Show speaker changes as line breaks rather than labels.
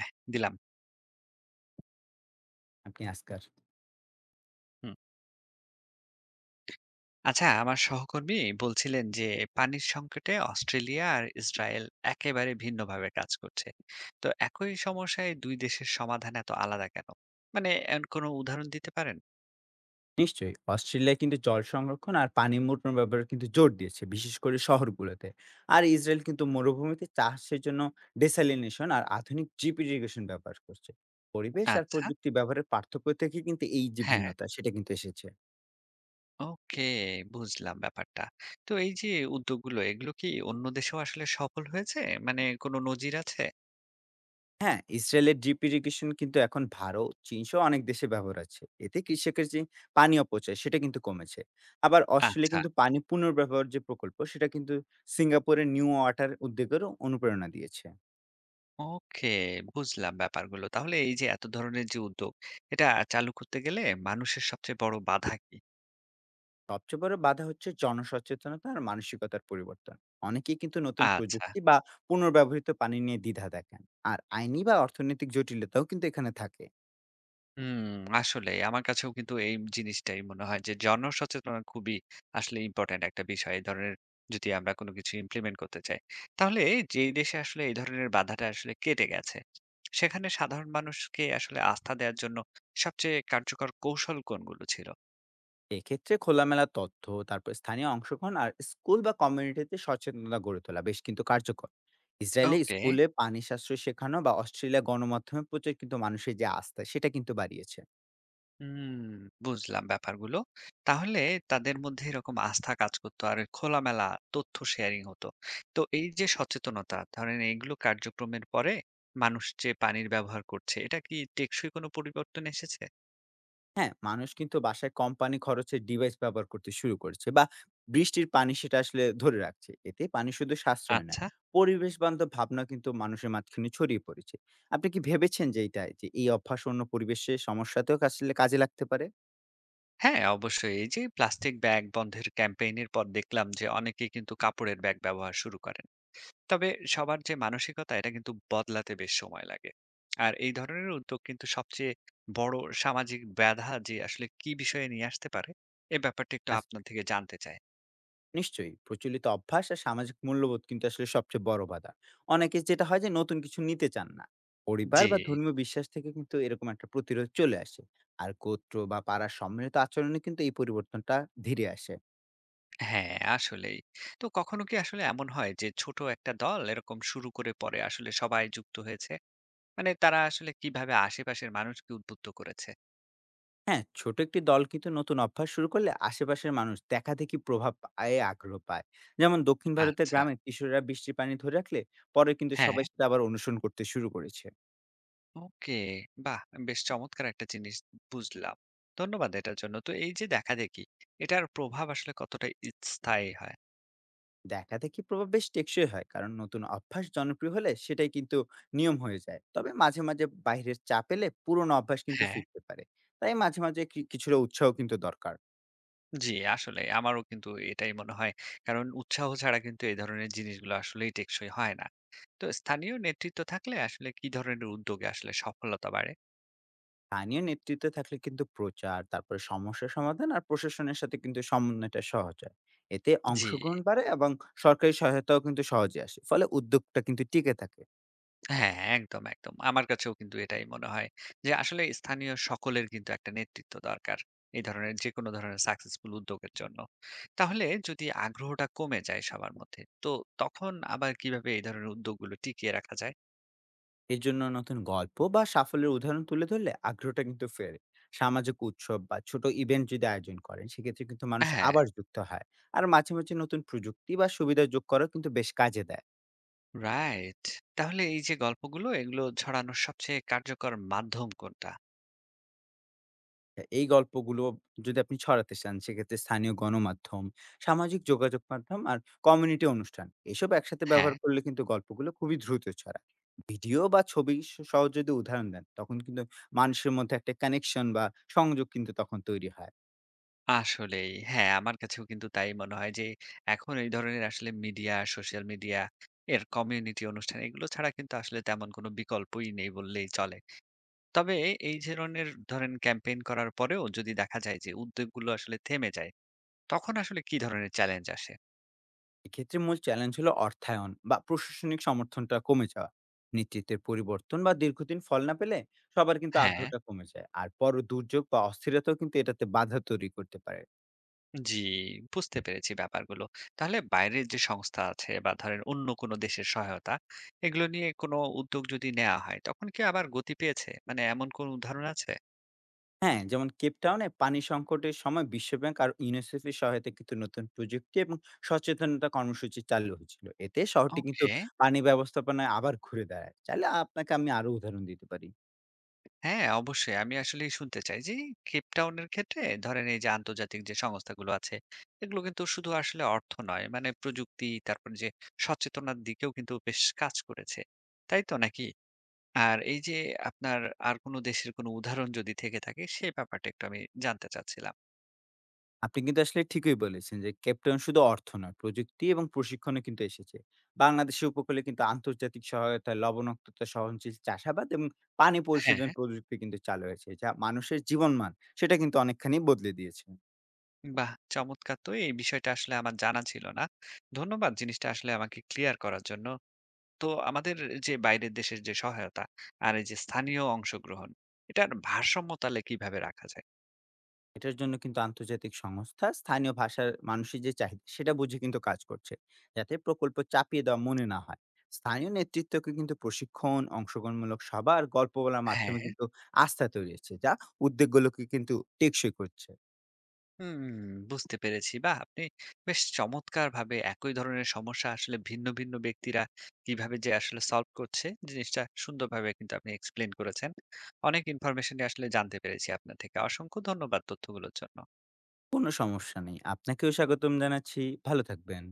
এহ দিলাম।
আপনি আজকার?
হুম। আচ্ছা, আমার সহকর্মী বলছিলেন যে পানির সংকটে অস্ট্রেলিয়া আর ইসরায়েল একেবারে ভিন্নভাবে কাজ করছে। তো একই সমস্যায় দুই দেশের সমাধান এত আলাদা কেন? মানে এর কোনো উদাহরণ দিতে পারেন?
নিশ্চয়ই, অস্ট্রেলিয়া কিন্তু জল সংরক্ষণ আর পানি মোটর ব্যবহার কিন্তু জোর দিয়েছে, বিশেষ করে শহরগুলোতে। আর ইসরায়েল কিন্তু মরুভূমিতে চাষের জন্য ডেসালিনেশন আর আধুনিক ড্রিপ ইরিগেশন ব্যবহার করছে। পরিবেশ আর
আচ্ছা।
প্রযুক্তি ব্যবহারের পার্থক্য থেকে কিন্তু এই যে
হ্যাঁ।
ভিন্নতা সেটা কিন্তু এসেছে।
ওকে, বুঝলাম ব্যাপারটা। তো এই যে উদ্যোগগুলো, এগুলো কি অন্য দেশেও আসলে সফল হয়েছে? মানে কোনো নজির আছে?
হ্যাঁ, ইসরায়েলের ড্রিপ ইরিগেশন কিন্তু এখন ভারত, চীন সহ অনেক দেশে ব্যবহার আছে। এতে কৃষকের যে পানি অপচয় সেটা কিন্তু কমেছে। আবার অস্ট্রেলিয়া
আচ্ছা।
কিন্তু পানি পুনর্ব্যবহার যে প্রকল্প সেটা কিন্তু সিঙ্গাপুরের নিউ ওয়াটার উদ্যোগেরও অনুপ্রেরণা দিয়েছে।
ওকে, বুঝলাম ব্যাপারগুলো। তাহলে এই যে এত ধরনের যে উদ্যোগ, এটা চালু করতে গেলে মানুষের সবচেয়ে বড় বাধা কি?
সবচেয়ে বড় বাধা হচ্ছে জনসচেতনতা আর মানসিকতার পরিবর্তন। অনেকেই কিন্তু নতুন
আচ্ছা।
প্রযুক্তি বা পুনর্ব্যবহৃত পানি নিয়ে দ্বিধা দেখান। আর আইনি বা অর্থনৈতিক জটিলতাও কিন্তু এখানে থাকে।
হুম, আসলেই আমার কাছেও কিন্তু এই জিনিসটাই মনে হয় যে জনসচেতনতা খুবই আসলে ইম্পোর্টেন্ট একটা বিষয়। এই ধরনের, যদি আমরা কোনো কিছু ইমপ্লিমেন্ট করতে চাই। তাহলে যেই দেশে আসলে এই ধরনের বাধাটা আসলে কেটে গেছে, সেখানে সাধারণ মানুষকে আসলে আস্থা দেওয়ার জন্য সবচেয়ে কার্যকর কৌশল কোনগুলো ছিল?
এক্ষেত্রে খোলামেলা তথ্য, তারপর স্থানীয় অংশগ্রহণ আর স্কুল বা কমিউনিটিতে সচেতনতা গড়ে তোলা বেশ কিন্তু কার্যকর। ইসরায়েলে
ওকে।
স্কুলে পানি সাশ্রয় শেখানো বা অস্ট্রেলিয়া গণমাধ্যমে প্রচার কিন্তু মানুষের যে আস্থা সেটা কিন্তু বাড়িয়েছে।
হুম, বুঝলাম ব্যাপারগুলো। তাহলে তাদের মধ্যে এরকম আস্থা কাজ করতো আর খোলামেলা তথ্য শেয়ারিং হতো। তো এই যে সচেতনতা ধরেন, এগুলো কার্যক্রমের পরে মানুষ যে পানির ব্যবহার করছে, এটা কি টেকসই কোনো পরিবর্তন এসেছে?
হ্যাঁ, মানুষ কিন্তু বাসায় কম পানি খরচের ডিভাইস ব্যবহার করতে শুরু করেছে বা বৃষ্টির পানি সেটা আসলে ধরে রাখছে। এতে পানি শুধু সাশ্রয় না,
আচ্ছা।
পরিবেশ বান্ধব ভাবনা কিন্তু মানুষের মাঝখানে ছড়িয়ে পড়েছে। আপনি কি ভেবেছেন যে এইটা যে এই অভ্যাস অন্য পরিবেশের সমস্যাতেও আসলে কাজে লাগতে পারে?
হ্যাঁ, অবশ্যই এই যে প্লাস্টিক ব্যাগ বন্ধের ক্যাম্পেইনের পর দেখলাম যে অনেকেই কিন্তু কাপড়ের ব্যাগ ব্যবহার শুরু করে। তবে সবার যে মানসিকতা, এটা কিন্তু বদলাতে বেশ সময় লাগে। আর এই ধরনের উদ্যোগ কিন্তু সবচেয়ে বড় সামাজিক ব্যাধা যে আসলে কি বিষয়ে নিয়ে আসতে পারে, এ ব্যাপারটা একটু
আচ্ছা,
আপনার থেকে জানতে চাই।
নিশ্চয়ই প্রচলিত অভ্যাস আর সামাজিক মূল্যবোধ কিন্তু আসলে সবচেয়ে বড় বাধা। অনেকে যেটা হয় যে নতুন কিছু নিতে চান না। পরিবার
জি,
বা ধর্মীয় বিশ্বাস থেকে কিন্তু এরকম একটা প্রতিরোধ চলে আসে। আর গোত্র বা পাড়ার সম্মিলিত আচরণে কিন্তু এই পরিবর্তনটা ধীরে আসে।
হ্যাঁ আসলেই। তো কখনো কি আসলে এমন হয় যে ছোট একটা দল এরকম শুরু করে পরে আসলে সবাই যুক্ত হয়েছে? মানে তারা আসলে কিভাবে আশেপাশের মানুষকে উদ্বুদ্ধ করেছে?
হ্যাঁ, ছোট একটি দল কিন্তু নতুন অভ্যাস শুরু করলে আশেপাশের মানুষ দেখাদেখি প্রভাব পায়, আগ্রহ পায়। যেমন দক্ষিণ ভারতের
আচ্ছা,
গ্রামে কিশোররা বৃষ্টির পানি ধরে রাখলে পরে কিন্তু
হ্যাঁ।
সবাই সেটা আবার অনুসরণ করতে শুরু করেছে।
ওকে, বাহ! বেশ চমৎকার একটা জিনিস বুঝলাম। ধন্যবাদ এটার জন্য। তো এই যে দেখা-দেখি, এটার প্রভাব আসলে কতটা স্থায়ী হয়?
দেখাদেখি প্রভাব বেশ টেকসই হয়, কারণ নতুন অভ্যাস জনপ্রিয় হলে সেটাই কিন্তু নিয়ম হয়ে যায়। তবে মাঝে মাঝে বাইরের চাপ এলে পুরনো অভ্যাস কিন্তু
হ্যাঁ,
ফিরতে পারে। তাই মাঝে মাঝে কি কিছুটা উৎসাহ কিন্তু দরকার।
জি, আসলে আমারও কিন্তু এটাই মনে হয়। কারণ উৎসাহ ছাড়া কিন্তু এই ধরনের জিনিসগুলো আসলেই টেকসই হয় না। তো স্থানীয় নেতৃত্ব থাকলে আসলে কি ধরনের উদ্যোগে আসলে সফলতা বাড়ে?
স্থানীয় নেতৃত্বে থাকলে কিন্তু প্রচার, তারপরে সমস্যা সমাধান আর প্রশাসনের সাথে কিন্তু সমন্বয়টা সহজ হয়। এতে
জি।
অংশগ্রহণ বাড়ে এবং সরকারি সহায়তাও কিন্তু সহজে আসে, ফলে উদ্যোগটা কিন্তু টিকে থাকে।
হ্যাঁ, একদম। আমার কাছেও কিন্তু এটাই মনে হয় যে আসলে স্থানীয় সকলের কিন্তু একটা নেতৃত্ব দরকার। এই ধরনের যেকোনো ধরনের সাকসেসফুল উদ্যোগের জন্য। তাহলে যদি আগ্রহটা কমে যায় সবার মধ্যে, তো তখন আবার কিভাবে এই ধরনের উদ্যোগগুলো টিকিয়ে রাখা যায়?
এর জন্য নতুন গল্প বা সাফল্যের উদাহরণ তুলে ধরলে আগ্রহটা কিন্তু ফেরে। সামাজিক উৎসব বা ছোট ইভেন্ট যদি আয়োজন করেন সেক্ষেত্রে কিন্তু মানুষ
হ্যাঁ,
আবার যুক্ত হয়। আর মাঝে মাঝে নতুন প্রযুক্তি বা সুবিধা যোগ করা কিন্তু বেশ কাজে দেয়।
রাইট। তাহলে এই যে গল্পগুলো, এগুলো ছড়ানোর সবচেয়ে কার্যকর মাধ্যম কোনটা?
এই গল্পগুলো যদি আপনি ছড়াতে চান সেক্ষেত্রে স্থানীয় গণমাধ্যম, সামাজিক যোগাযোগ মাধ্যম আর কমিউনিটি অনুষ্ঠান এসব একসাথে
হ্যাঁ।
ব্যবহার করলে কিন্তু গল্পগুলো খুবই দ্রুত ছড়ায়। ভিডিও বা ছবি সহ যদি উদাহরণ দেন তখন কিন্তু মানুষের মধ্যে একটা কানেকশন বা সংযোগ কিন্তু তখন তৈরি হয়।
আসলেই। হ্যাঁ, আমার কাছেও কিন্তু তাই মনে হয় যে এখন এই ধরনের আসলে মিডিয়া, সোশ্যাল মিডিয়া এর কমিউনিটি অনুষ্ঠান, এগুলো ছাড়া কিন্তু আসলে তেমন কোনো বিকল্পই নেই বললেই চলে। তবে এই ধরনের ধরেন ক্যাম্পেইন করার পরেও যদি দেখা যায় যে উদ্যোগগুলো আসলে থেমে যায়, তখন আসলে কি ধরনের চ্যালেঞ্জ আসে?
এক্ষেত্রে মূল চ্যালেঞ্জ হলো অর্থায়ন বা প্রশাসনিক সমর্থনটা কমে যাওয়া। নেতৃত্বের পরিবর্তন বা দীর্ঘদিন ফল না পেলে সবার কিন্তু
হ্যাঁ,
আগ্রহটা কমে যায়। আর পর দুর্যোগ বা অস্থিরতাও কিন্তু এটাতে বাধা তৈরি করতে পারে।
জি, বুঝতে পেরেছি ব্যাপারগুলো। তাহলে বাইরের যে সংস্থা আছে বা ধরেন অন্য কোনো দেশের সহায়তা, এগুলো নিয়ে কোনো উদ্যোগ যদি নেয়া হয়, তখন কি আবার গতি পেয়েছে? মানে এমন কোনো উদাহরণ আছে?
হ্যাঁ, যেমন কেপ টাউনে পানি সংকটের সময় বিশ্বব্যাংক আর ইউনিসেফের সহায়তায় কিন্তু নতুন প্রযুক্তি এবং সচেতনতা কর্মসূচি চালু হয়েছিল। এতে শহরটি কিন্তু
ওকে।
পানি ব্যবস্থাপনায় আবার ঘুরে দাঁড়ায়। চাইলে আপনাকে আমি আরো উদাহরণ দিতে পারি।
হ্যাঁ, অবশ্যই। আমি আসলেই শুনতে চাই যে কেপ টাউন এর ক্ষেত্রে ধরেন এই যে আন্তর্জাতিক যে সংস্থাগুলো আছে, এগুলো কিন্তু শুধু আসলে অর্থ নয়, মানে প্রযুক্তি, তারপরে যে সচেতনার দিকেও কিন্তু বেশ কাজ করেছে। তাই তো নাকি? আর এই যে আপনার আর কোনো দেশের কোনো উদাহরণ যদি থেকে থাকে, সেই ব্যাপারটা একটু আমি জানতে চাচ্ছিলাম।
আপনি কিন্তু আসলে ঠিকই বলেছেন যে কেপ টাউন শুধু অর্থ নয়, প্রযুক্তি এবং প্রশিক্ষণও কিন্তু এসেছে। বাংলাদেশের উপকূলে কিন্তু আন্তর্জাতিক সহায়তায় লবণাক্ততা সহনশীল চাষাবাদ এবং পানি
হ্যাঁ,
পরিশোধন প্রযুক্তি কিন্তু চালু হয়েছে, যা মানুষের জীবনমান সেটা কিন্তু অনেকখানি বদলে দিয়েছে।
বাহ! চমৎকার, তো এই বিষয়টা আসলে আমার জানা ছিল না। ধন্যবাদ জিনিসটা আসলে আমাকে ক্লিয়ার করার জন্য। তো আমাদের যে বাইরের দেশের যে সহায়তা আর এই যে স্থানীয় অংশগ্রহণ, এটার ভারসাম্য তাহলে কিভাবে রাখা যায়?
এটার জন্য কিন্তু আন্তর্জাতিক সংস্থা স্থানীয় ভাষার মানুষের যে চাহিদা সেটা বুঝে কিন্তু কাজ করছে, যাতে প্রকল্প চাপিয়ে দেওয়া মনে না হয়। স্থানীয় নেতৃত্বকে কিন্তু প্রশিক্ষণ, অংশগ্রহণমূলক সভা আর গল্প বলার
হ্যাঁ,
মাধ্যমে কিন্তু আস্থা তৈরি হচ্ছে, যা উদ্যোগগুলোকে কিন্তু টেকসই করছে।
হুম, বুঝতে পেরেছি। বা আপনি বেশ চমৎকার ভাবে একই ধরনের সমস্যা আসলে ভিন্ন ভিন্ন ব্যক্তিরা কিভাবে যে আসলে সলভ করছে, জিনিসটা সুন্দরভাবে কিন্তু আপনি এক্সপ্লেন করেছেন। অনেক ইনফরমেশন আসলে জানতে পেরেছি আপনার থেকে। অসংখ্য ধন্যবাদ তথ্যগুলোর জন্য।
কোনো সমস্যা নেই, আপনাকেও স্বাগতম জানাচ্ছি। ভালো থাকবেন।